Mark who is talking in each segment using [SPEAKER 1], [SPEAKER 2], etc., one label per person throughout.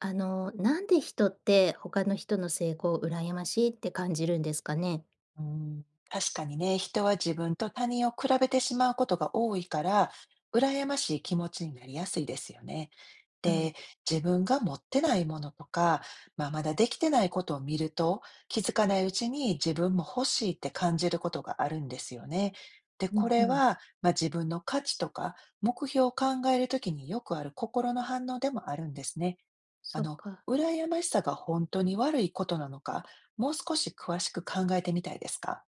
[SPEAKER 1] なんで人って他の人の成功を羨ましいって感じるんですかね？
[SPEAKER 2] うん、確かにね、人は自分と他人を比べてしまうことが多いから、羨ましい気持ちになりやすいですよね。
[SPEAKER 1] う
[SPEAKER 2] で、
[SPEAKER 1] ん。
[SPEAKER 2] 自分が持ってないものとか、まあ、まだできてないことを見ると、気づかないうちに自分も欲しいって感じることがあるんですよね。で、
[SPEAKER 1] う
[SPEAKER 2] こ
[SPEAKER 1] んう
[SPEAKER 2] れ
[SPEAKER 1] ん。
[SPEAKER 2] は、まあ、自分の価値とか目標を考えるときによくある心の反応でもあるんですね。あ
[SPEAKER 1] そっ
[SPEAKER 2] の、
[SPEAKER 1] か。
[SPEAKER 2] 羨ましさが本当に悪いことなのか、もう少し詳しく考えてみたいですか？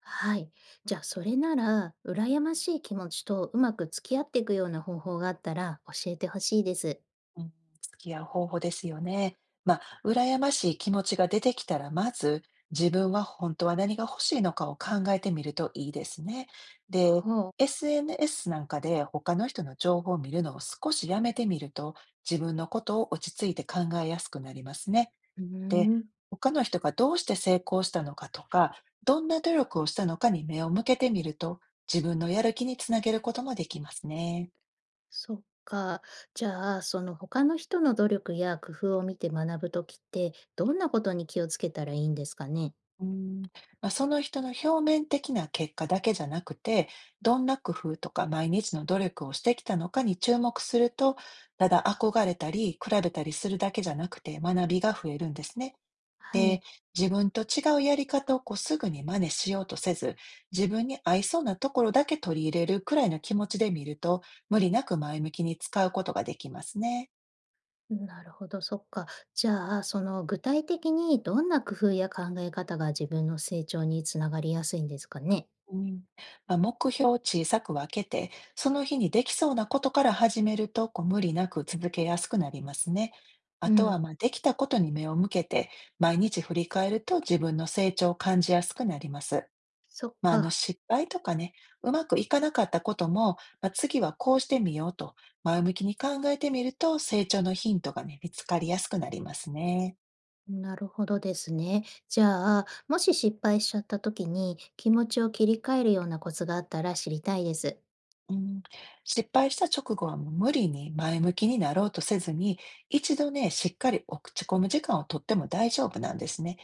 [SPEAKER 1] はい。じゃあ、それなら、羨ましい気持ちとうまく付き合っていくような方法があったら教えてほしいです。
[SPEAKER 2] うん、付き合う方法ですよね。まあ、羨ましい気持ちが出てきたら、まず自分は本当は何が欲しいのかを考えてみるといいですね。で、
[SPEAKER 1] ほう。
[SPEAKER 2] SNS なんかで他の人の情報を見るのを少しやめてみると、自分のことを落ち着いて考えやすくなりますね。
[SPEAKER 1] うー
[SPEAKER 2] で、
[SPEAKER 1] ん。
[SPEAKER 2] 他の人がどうして成功したのかとか、どんな努力をしたのかに目を向けてみると、自分のやる気につなげることもできますね。
[SPEAKER 1] そっか。じゃあ、その他の人の努力や工夫を見て学ぶときって、どんなことに気をつけたらいいんですかね？
[SPEAKER 2] うーん、まあ、その人の表面的な結果だけじゃなくて、どんな工夫とか毎日の努力をしてきたのかに注目すると、ただ憧れたり比べたりするだけじゃなくて学びが増えるんですね。
[SPEAKER 1] は
[SPEAKER 2] で、
[SPEAKER 1] い。
[SPEAKER 2] 自分と違うやり方をこうすぐに真似しようとせず、自分に合いそうなところだけ取り入れるくらいの気持ちで見ると、無理なく前向きに使うことができますね。
[SPEAKER 1] なるほど、そっか。じゃあ、その具体的にどんな工夫や考え方が自分の成長につながりやすいんですかね。
[SPEAKER 2] うん、まあ、目標を小さく分けて、その日にできそうなことから始めると、こう無理なく続けやすくなりますね。あ
[SPEAKER 1] う
[SPEAKER 2] とは、
[SPEAKER 1] ん、
[SPEAKER 2] まあ、できたことに目を向けて、毎日振り返ると自分の成長を感じやすくなります。
[SPEAKER 1] そっ
[SPEAKER 2] まあ、あの
[SPEAKER 1] か。
[SPEAKER 2] 失敗とかね、うまくいかなかったことも、まあ、次はこうしてみようと、前向きに考えてみると、成長のヒントがね、見つかりやすくなりますね。
[SPEAKER 1] なるほどですね。じゃあ、もし失敗しちゃった時に気持ちを切り替えるようなコツがあったら知りたいです。
[SPEAKER 2] うん、失敗した直後はもう無理に前向きになろうとせずに、一度ね、しっかり落ち込む時間をとっても大丈夫なんですね。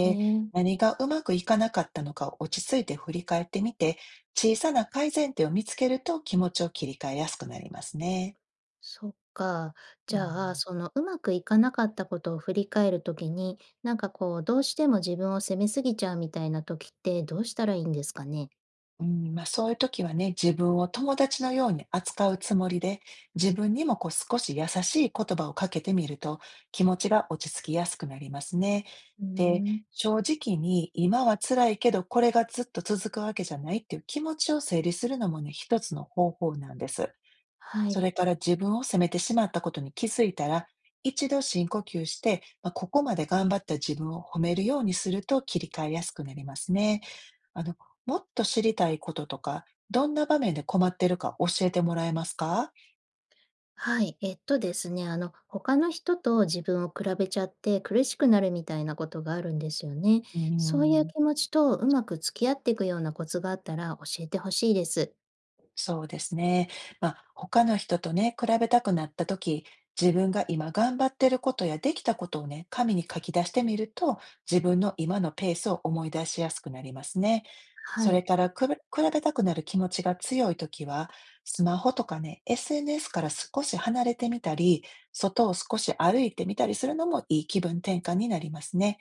[SPEAKER 1] へえ、
[SPEAKER 2] 何がうまくいかなかったのかを落ち着いて振り返ってみて、小さな改善点を見つけると気持ちを切り替えやすくなりますね。
[SPEAKER 1] そっか。じ
[SPEAKER 2] う
[SPEAKER 1] ゃあ、
[SPEAKER 2] ん
[SPEAKER 1] そのうまくいかなかったことを振り返る時に、なんかこう、どうしても自分を責めすぎちゃうみたいな時ってどうしたらいいんですかね。
[SPEAKER 2] うん、まあ、そういう時はね、自分を友達のように扱うつもりで、自分にもこう少し優しい言葉をかけてみると、気持ちが落ち着きやすくなりますね。
[SPEAKER 1] うー
[SPEAKER 2] で、
[SPEAKER 1] ん、
[SPEAKER 2] 正直に今は辛いけど、これがずっと続くわけじゃないっていう気持ちを整理するのもね、一つの方法なんです。
[SPEAKER 1] は
[SPEAKER 2] そ
[SPEAKER 1] い。
[SPEAKER 2] れから自分を責めてしまったことに気づいたら、一度深呼吸して、まあ、ここまで頑張った自分を褒めるようにすると切り替えやすくなりますね。あの、もっと知りたいこととか、どんな場面で困ってるか教えてもらえますか？
[SPEAKER 1] はい、えっとですね、あの、他の人と自分を比べちゃって苦しくなるみたいなことがあるんですよね。
[SPEAKER 2] うー
[SPEAKER 1] そういう
[SPEAKER 2] ん、
[SPEAKER 1] 気持ちとうまく付き合っていくようなコツがあったら教えてほしいです。
[SPEAKER 2] そうですね。まあ、他の人とね、比べたくなったとき、自分が今頑張ってることやできたことをね、紙に書き出してみると、自分の今のペースを思い出しやすくなりますね。
[SPEAKER 1] は
[SPEAKER 2] それ
[SPEAKER 1] い。
[SPEAKER 2] から比べたくなる気持ちが強いときは、スマホとかね、SNS から少し離れてみたり、外を少し歩いてみたりするのもいい気分転換になりますね。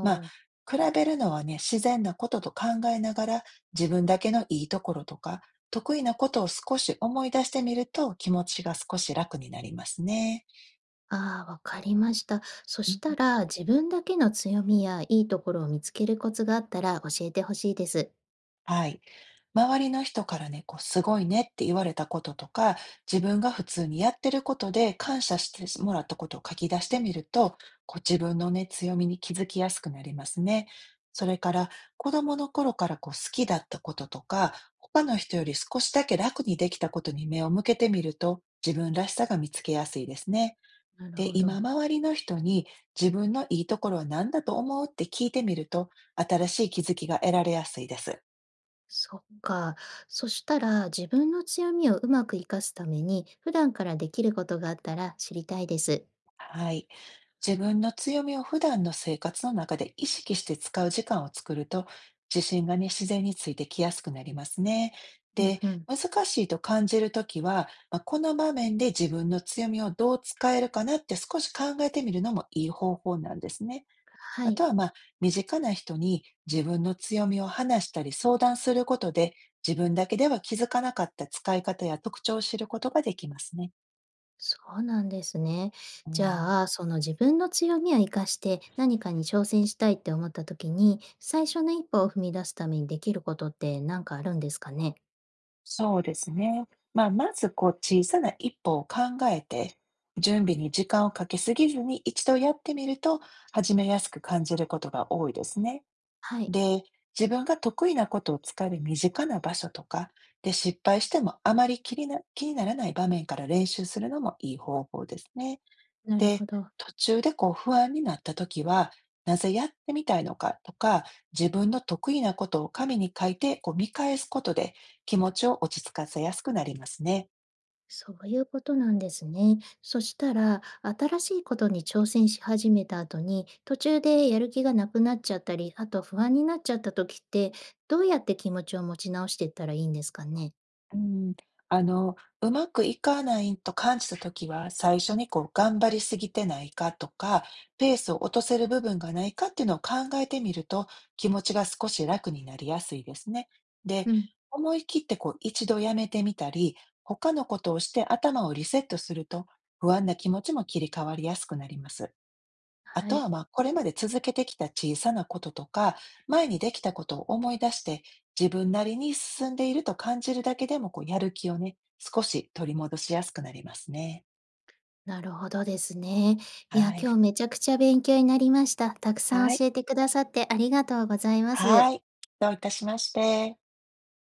[SPEAKER 2] まあ、
[SPEAKER 1] う、
[SPEAKER 2] 比べるのはね、自然なことと考えながら、自分だけのいいところとか、得意なことを少し思い出してみると、気持ちが少し楽になりますね。
[SPEAKER 1] ああ、わかりました。そ
[SPEAKER 2] う
[SPEAKER 1] し
[SPEAKER 2] ん。
[SPEAKER 1] たら、自分だけの強みやいいところを見つけるコツがあったら教えてほしいです。
[SPEAKER 2] はい。周りの人からね、こう、すごいねって言われたこととか、自分が普通にやってることで感謝してもらったことを書き出してみると、こう、自分のね、強みに気づきやすくなりますね。それから、子供の頃からこう、好きだったこととか、他の人より少しだけ楽にできたことに目を向けてみると、自分らしさが見つけやすいですね。
[SPEAKER 1] なる
[SPEAKER 2] で、
[SPEAKER 1] ほど。
[SPEAKER 2] 今、周りの人に自分のいいところは何だと思うって聞いてみると、新しい気づきが得られやすいです。
[SPEAKER 1] そっか。そしたら、自分の強みをうまく活かすために、普段からできることがあったら知りたいです。
[SPEAKER 2] はい。自分の強みを普段の生活の中で意識して使う時間を作ると、自信がね、自然についてきやすくなりますね。
[SPEAKER 1] うん
[SPEAKER 2] で、
[SPEAKER 1] うん。
[SPEAKER 2] 難しいと感じるときは、まあ、この場面で自分の強みをどう使えるかなって少し考えてみるのもいい方法なんですね。
[SPEAKER 1] は
[SPEAKER 2] あと
[SPEAKER 1] い。
[SPEAKER 2] は、まあ、身近な人に自分の強みを話したり相談することで、自分だけでは気づかなかった使い方や特徴を知ることができますね。
[SPEAKER 1] そうなんですね。
[SPEAKER 2] う
[SPEAKER 1] じ
[SPEAKER 2] ん。
[SPEAKER 1] ゃあ、その自分の強みを生かして何かに挑戦したいって思った時に、最初の一歩を踏み出すためにできることって何かあるんですかね？
[SPEAKER 2] そうですね。まあ、まずこう小さな一歩を考えて、準備に時間をかけすぎずに一度やってみると始めやすく感じることが多いですね。
[SPEAKER 1] はい、
[SPEAKER 2] で、自分が得意なことを使える身近な場所とか、で、失敗してもあまり気にならない場面から練習するのもいい方法ですね。
[SPEAKER 1] なるほ
[SPEAKER 2] で、
[SPEAKER 1] ど。
[SPEAKER 2] 途中でこう不安になった時は、なぜやってみたいのかとか、自分の得意なことを紙に書いてこう見返すことで気持ちを落ち着かせやすくなりますね。
[SPEAKER 1] そういうことなんですね。そしたら、新しいことに挑戦し始めた後に、途中でやる気がなくなっちゃったり、あと不安になっちゃった時って、どうやって気持ちを持ち直していったらいいんですかね？
[SPEAKER 2] うん、あの、うまくいかないと感じたときは、最初にこう頑張りすぎてないかとか、ペースを落とせる部分がないかっていうのを考えてみると、気持ちが少し楽になりやすいですね。で、
[SPEAKER 1] うん、
[SPEAKER 2] 思い切ってこう一度やめてみたり、他のことをして頭をリセットすると、不安な気持ちも切り替わりやすくなります。あ
[SPEAKER 1] は
[SPEAKER 2] と
[SPEAKER 1] い。
[SPEAKER 2] は、ま、これまで続けてきた小さなこととか、前にできたことを思い出して、自分なりに進んでいると感じるだけでも、こう、やる気をね、少し取り戻しやすくなりますね。
[SPEAKER 1] なるほどですね。いや、
[SPEAKER 2] はい。
[SPEAKER 1] 今日めちゃくちゃ勉強になりました。たくさん
[SPEAKER 2] はい。
[SPEAKER 1] 教えてくださってありがとうございます。
[SPEAKER 2] はい。どういたしまして。